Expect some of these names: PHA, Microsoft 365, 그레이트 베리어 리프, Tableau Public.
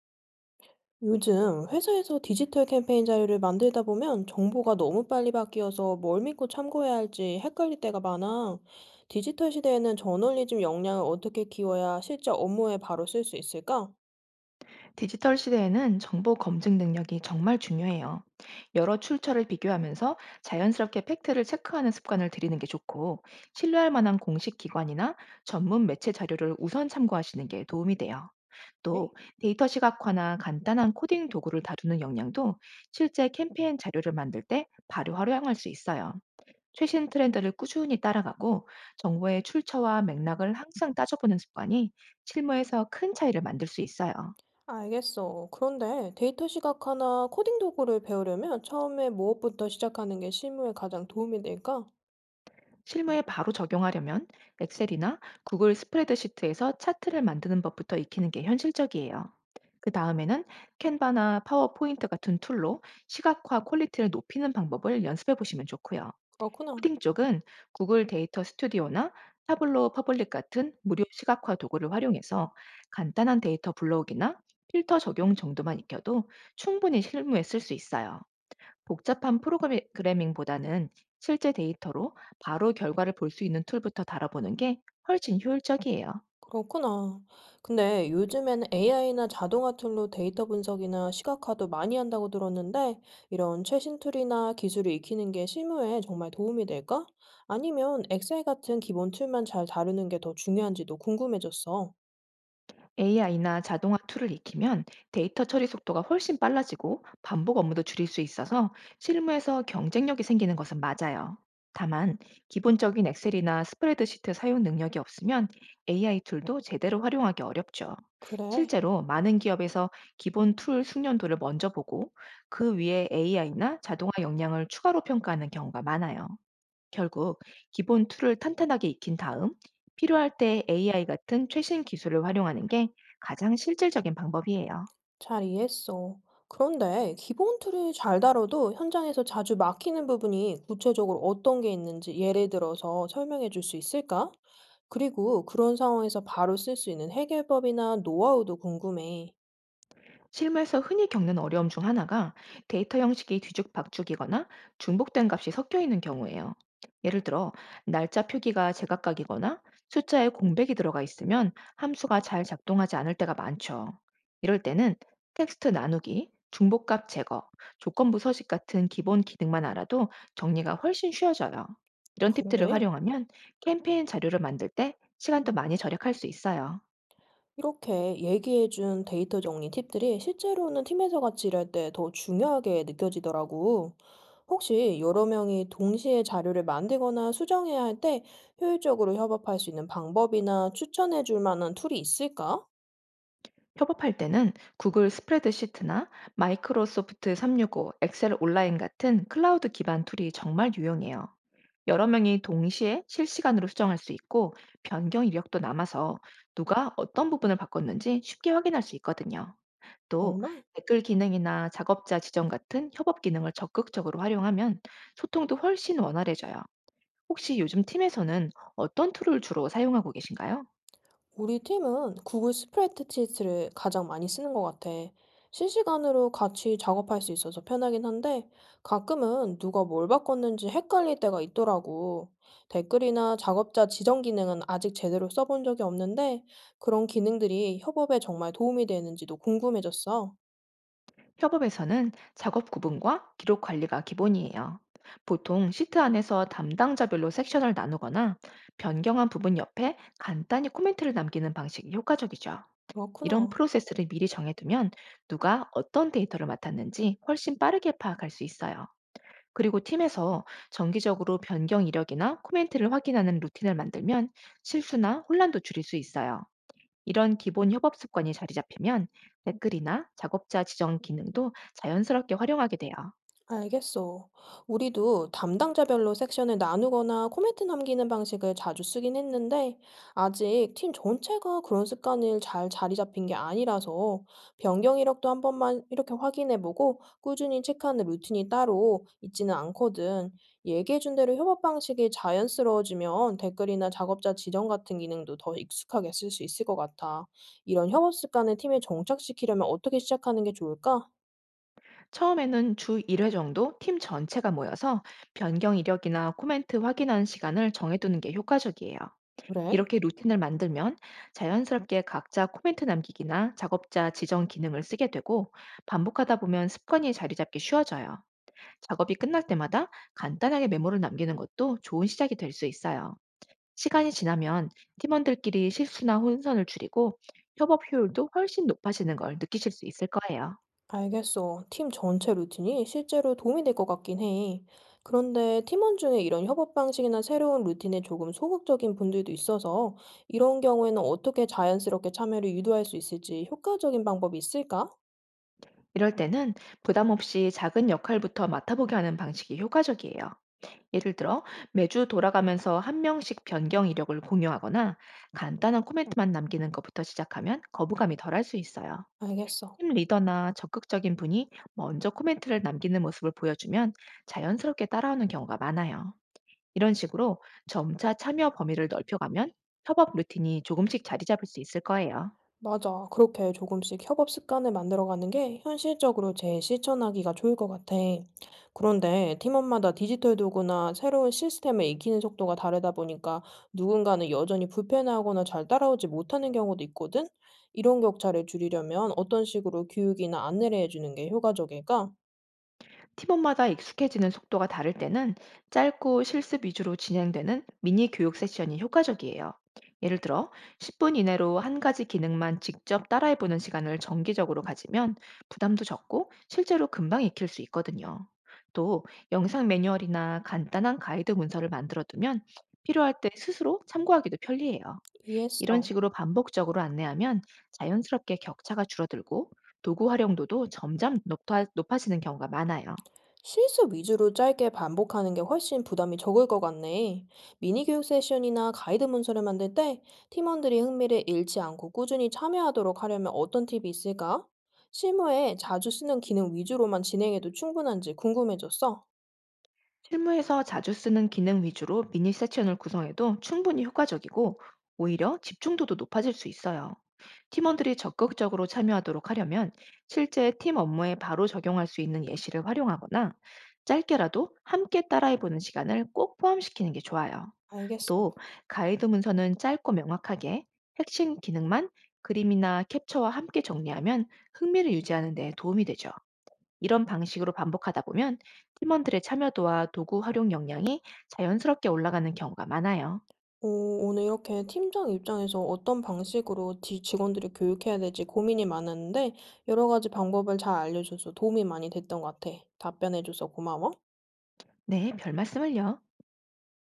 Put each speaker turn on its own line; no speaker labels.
요즘 회사에서 디지털 캠페인 자료를 만들다 보면 정보가 너무 빨리 바뀌어서 뭘 믿고 참고해야 할지 헷갈릴 때가 많아. 디지털 시대에는 저널리즘 역량을 어떻게 키워야 실제 업무에 바로 쓸 수 있을까?
디지털 시대에는 정보 검증 능력이 정말 중요해요. 여러 출처를 비교하면서 자연스럽게 팩트를 체크하는 습관을 들이는 게 좋고, 신뢰할 만한 공식 기관이나 전문 매체 자료를 우선 참고하시는 게 도움이 돼요.
네.
또 데이터 시각화나 간단한 코딩 도구를 다루는 역량도 실제 캠페인 자료를 만들 때 바로 활용할 수 있어요. 최신 트렌드를 꾸준히 따라가고 정보의 출처와 맥락을 항상 따져보는 습관이 실무에서 큰 차이를 만들 수 있어요.
알겠어. 그런데 데이터 시각화나 코딩 도구를 배우려면 처음에 무엇부터 시작하는 게 실무에 가장 도움이 될까?
실무에 바로 적용하려면 엑셀이나 구글 스프레드시트에서 차트를 만드는 법부터 익히는 게 현실적이에요. 그 다음에는 캔바나 파워포인트 같은 툴로 시각화 퀄리티를 높이는 방법을 연습해 보시면 좋고요.
그렇구나.
코딩 쪽은 구글 데이터 스튜디오나 타블로 퍼블릭 같은 무료 시각화 도구를 활용해서 간단한 데이터 블록이나 필터 적용 정도만 익혀도 충분히 실무에 쓸 수 있어요. 복잡한 프로그래밍보다는 실제 데이터로 바로 결과를 볼 수 있는 툴부터 다뤄보는 게 훨씬 효율적이에요.
그렇구나. 근데 요즘에는 AI나 자동화 툴로 데이터 분석이나 시각화도 많이 한다고 들었는데, 이런 최신 툴이나 기술을 익히는 게 실무에 정말 도움이 될까? 아니면 엑셀 같은 기본 툴만 잘 다루는 게 더 중요한지도 궁금해졌어.
AI나 자동화 툴을 익히면 데이터 처리 속도가 훨씬 빨라지고 반복 업무도 줄일 수 있어서 실무에서 경쟁력이 생기는 것은 맞아요. 다만, 기본적인 엑셀이나 스프레드시트 사용 능력이 없으면 AI 툴도 제대로 활용하기 어렵죠.
그래.
실제로 많은 기업에서 기본 툴 숙련도를 먼저 보고 그 위에 AI나 자동화 역량을 추가로 평가하는 경우가 많아요. 결국 기본 툴을 탄탄하게 익힌 다음 필요할 때 AI 같은 최신 기술을 활용하는 게 가장 실질적인 방법이에요.
잘 이해했어. 그런데 기본 틀을 잘 다뤄도 현장에서 자주 막히는 부분이 구체적으로 어떤 게 있는지 예를 들어서 설명해 줄 수 있을까? 그리고 그런 상황에서 바로 쓸 수 있는 해결법이나 노하우도 궁금해.
실무에서 흔히 겪는 어려움 중 하나가 데이터 형식이 뒤죽박죽이거나 중복된 값이 섞여 있는 경우예요. 예를 들어, 날짜 표기가 제각각이거나 숫자에 공백이 들어가 있으면 함수가 잘 작동하지 않을 때가 많죠. 이럴 때는 텍스트 나누기, 중복값 제거, 조건부 서식 같은 기본 기능만 알아도 정리가 훨씬 쉬워져요. 이런 팁들을
그래?
활용하면 캠페인 자료를 만들 때 시간도 많이 절약할 수 있어요.
이렇게 얘기해 준 데이터 정리 팁들이 실제로는 팀에서 같이 일할 때 더 중요하게 느껴지더라고. 혹시 여러 명이 동시에 자료를 만들거나 수정해야 할 때 효율적으로 협업할 수 있는 방법이나 추천해 줄 만한 툴이 있을까?
협업할 때는 구글 스프레드시트나 마이크로소프트 365, 엑셀 온라인 같은 클라우드 기반 툴이 정말 유용해요. 여러 명이 동시에 실시간으로 수정할 수 있고, 변경 이력도 남아서 누가 어떤 부분을 바꿨는지 쉽게 확인할 수 있거든요. 또
정말?
댓글 기능이나 작업자 지정 같은 협업 기능을 적극적으로 활용하면 소통도 훨씬 원활해져요. 혹시 요즘 팀에서는 어떤 툴을 주로 사용하고 계신가요?
우리 팀은 구글 스프레드시트를 가장 많이 쓰는 것 같아. 실시간으로 같이 작업할 수 있어서 편하긴 한데, 가끔은 누가 뭘 바꿨는지 헷갈릴 때가 있더라고. 댓글이나 작업자 지정 기능은 아직 제대로 써본 적이 없는데, 그런 기능들이 협업에 정말 도움이 되는지도 궁금해졌어.
협업에서는 작업 구분과 기록 관리가 기본이에요. 보통 시트 안에서 담당자별로 섹션을 나누거나 변경한 부분 옆에 간단히 코멘트를 남기는 방식이 효과적이죠. 이런
그렇구나.
프로세스를 미리 정해두면 누가 어떤 데이터를 맡았는지 훨씬 빠르게 파악할 수 있어요. 그리고 팀에서 정기적으로 변경 이력이나 코멘트를 확인하는 루틴을 만들면 실수나 혼란도 줄일 수 있어요. 이런 기본 협업 습관이 자리 잡히면 댓글이나 작업자 지정 기능도 자연스럽게 활용하게 돼요.
알겠어. 우리도 담당자별로 섹션을 나누거나 코멘트 남기는 방식을 자주 쓰긴 했는데, 아직 팀 전체가 그런 습관을 잘 자리 잡힌 게 아니라서, 변경 이력도 한 번만 이렇게 확인해보고, 꾸준히 체크하는 루틴이 따로 있지는 않거든. 얘기해준 대로 협업 방식이 자연스러워지면 댓글이나 작업자 지정 같은 기능도 더 익숙하게 쓸 수 있을 것 같아. 이런 협업 습관을 팀에 정착시키려면 어떻게 시작하는 게 좋을까?
처음에는 주 1회 정도 팀 전체가 모여서 변경 이력이나 코멘트 확인하는 시간을 정해두는 게 효과적이에요.
그래?
이렇게 루틴을 만들면 자연스럽게 각자 코멘트 남기기나 작업자 지정 기능을 쓰게 되고, 반복하다 보면 습관이 자리 잡기 쉬워져요. 작업이 끝날 때마다 간단하게 메모를 남기는 것도 좋은 시작이 될 수 있어요. 시간이 지나면 팀원들끼리 실수나 혼선을 줄이고 협업 효율도 훨씬 높아지는 걸 느끼실 수 있을 거예요.
알겠어. 팀 전체 루틴이 실제로 도움이 될 것 같긴 해. 그런데 팀원 중에 이런 협업 방식이나 새로운 루틴에 조금 소극적인 분들도 있어서 이런 경우에는 어떻게 자연스럽게 참여를 유도할 수 있을지 효과적인 방법이 있을까?
이럴 때는 부담 없이 작은 역할부터 맡아보게 하는 방식이 효과적이에요. 예를 들어 매주 돌아가면서 한 명씩 변경 이력을 공유하거나 간단한 코멘트만 남기는 것부터 시작하면 거부감이 덜할 수 있어요.
알겠어.
팀 리더나 적극적인 분이 먼저 코멘트를 남기는 모습을 보여주면 자연스럽게 따라오는 경우가 많아요. 이런 식으로 점차 참여 범위를 넓혀가면 협업 루틴이 조금씩 자리 잡을 수 있을 거예요.
맞아. 그렇게 조금씩 협업 습관을 만들어가는 게 현실적으로 제일 실천하기가 좋을 것 같아. 그런데 팀원마다 디지털 도구나 새로운 시스템을 익히는 속도가 다르다 보니까 누군가는 여전히 불편해하거나 잘 따라오지 못하는 경우도 있거든? 이런 격차를 줄이려면 어떤 식으로 교육이나 안내를 해주는 게 효과적일까?
팀원마다 익숙해지는 속도가 다를 때는 짧고 실습 위주로 진행되는 미니 교육 세션이 효과적이에요. 예를 들어 10분 이내로 한 가지 기능만 직접 따라해보는 시간을 정기적으로 가지면 부담도 적고 실제로 금방 익힐 수 있거든요. 또 영상 매뉴얼이나 간단한 가이드 문서를 만들어 두면 필요할 때 스스로 참고하기도 편리해요. 이런
이해했어.
식으로 반복적으로 안내하면 자연스럽게 격차가 줄어들고 도구 활용도도 점점 높아지는 경우가 많아요.
실습 위주로 짧게 반복하는 게 훨씬 부담이 적을 것 같네. 미니 교육 세션이나 가이드 문서를 만들 때 팀원들이 흥미를 잃지 않고 꾸준히 참여하도록 하려면 어떤 팁이 있을까? 실무에 자주 쓰는 기능 위주로만 진행해도 충분한지 궁금해졌어.
실무에서 자주 쓰는 기능 위주로 미니 세션을 구성해도 충분히 효과적이고 오히려 집중도도 높아질 수 있어요. 팀원들이 적극적으로 참여하도록 하려면 실제 팀 업무에 바로 적용할 수 있는 예시를 활용하거나 짧게라도 함께 따라해보는 시간을 꼭 포함시키는 게 좋아요.
알겠어.
또 가이드 문서는 짧고 명확하게 핵심 기능만 그림이나 캡처와 함께 정리하면 흥미를 유지하는 데 도움이 되죠. 이런 방식으로 반복하다 보면 팀원들의 참여도와 도구 활용 역량이 자연스럽게 올라가는 경우가 많아요.
오, 오늘 이렇게 팀장 입장에서 어떤 방식으로 직원들을 교육해야 될지 고민이 많았는데 여러 가지 방법을 잘 알려줘서 도움이 많이 됐던 것 같아. 답변해줘서 고마워.
네, 별 말씀을요.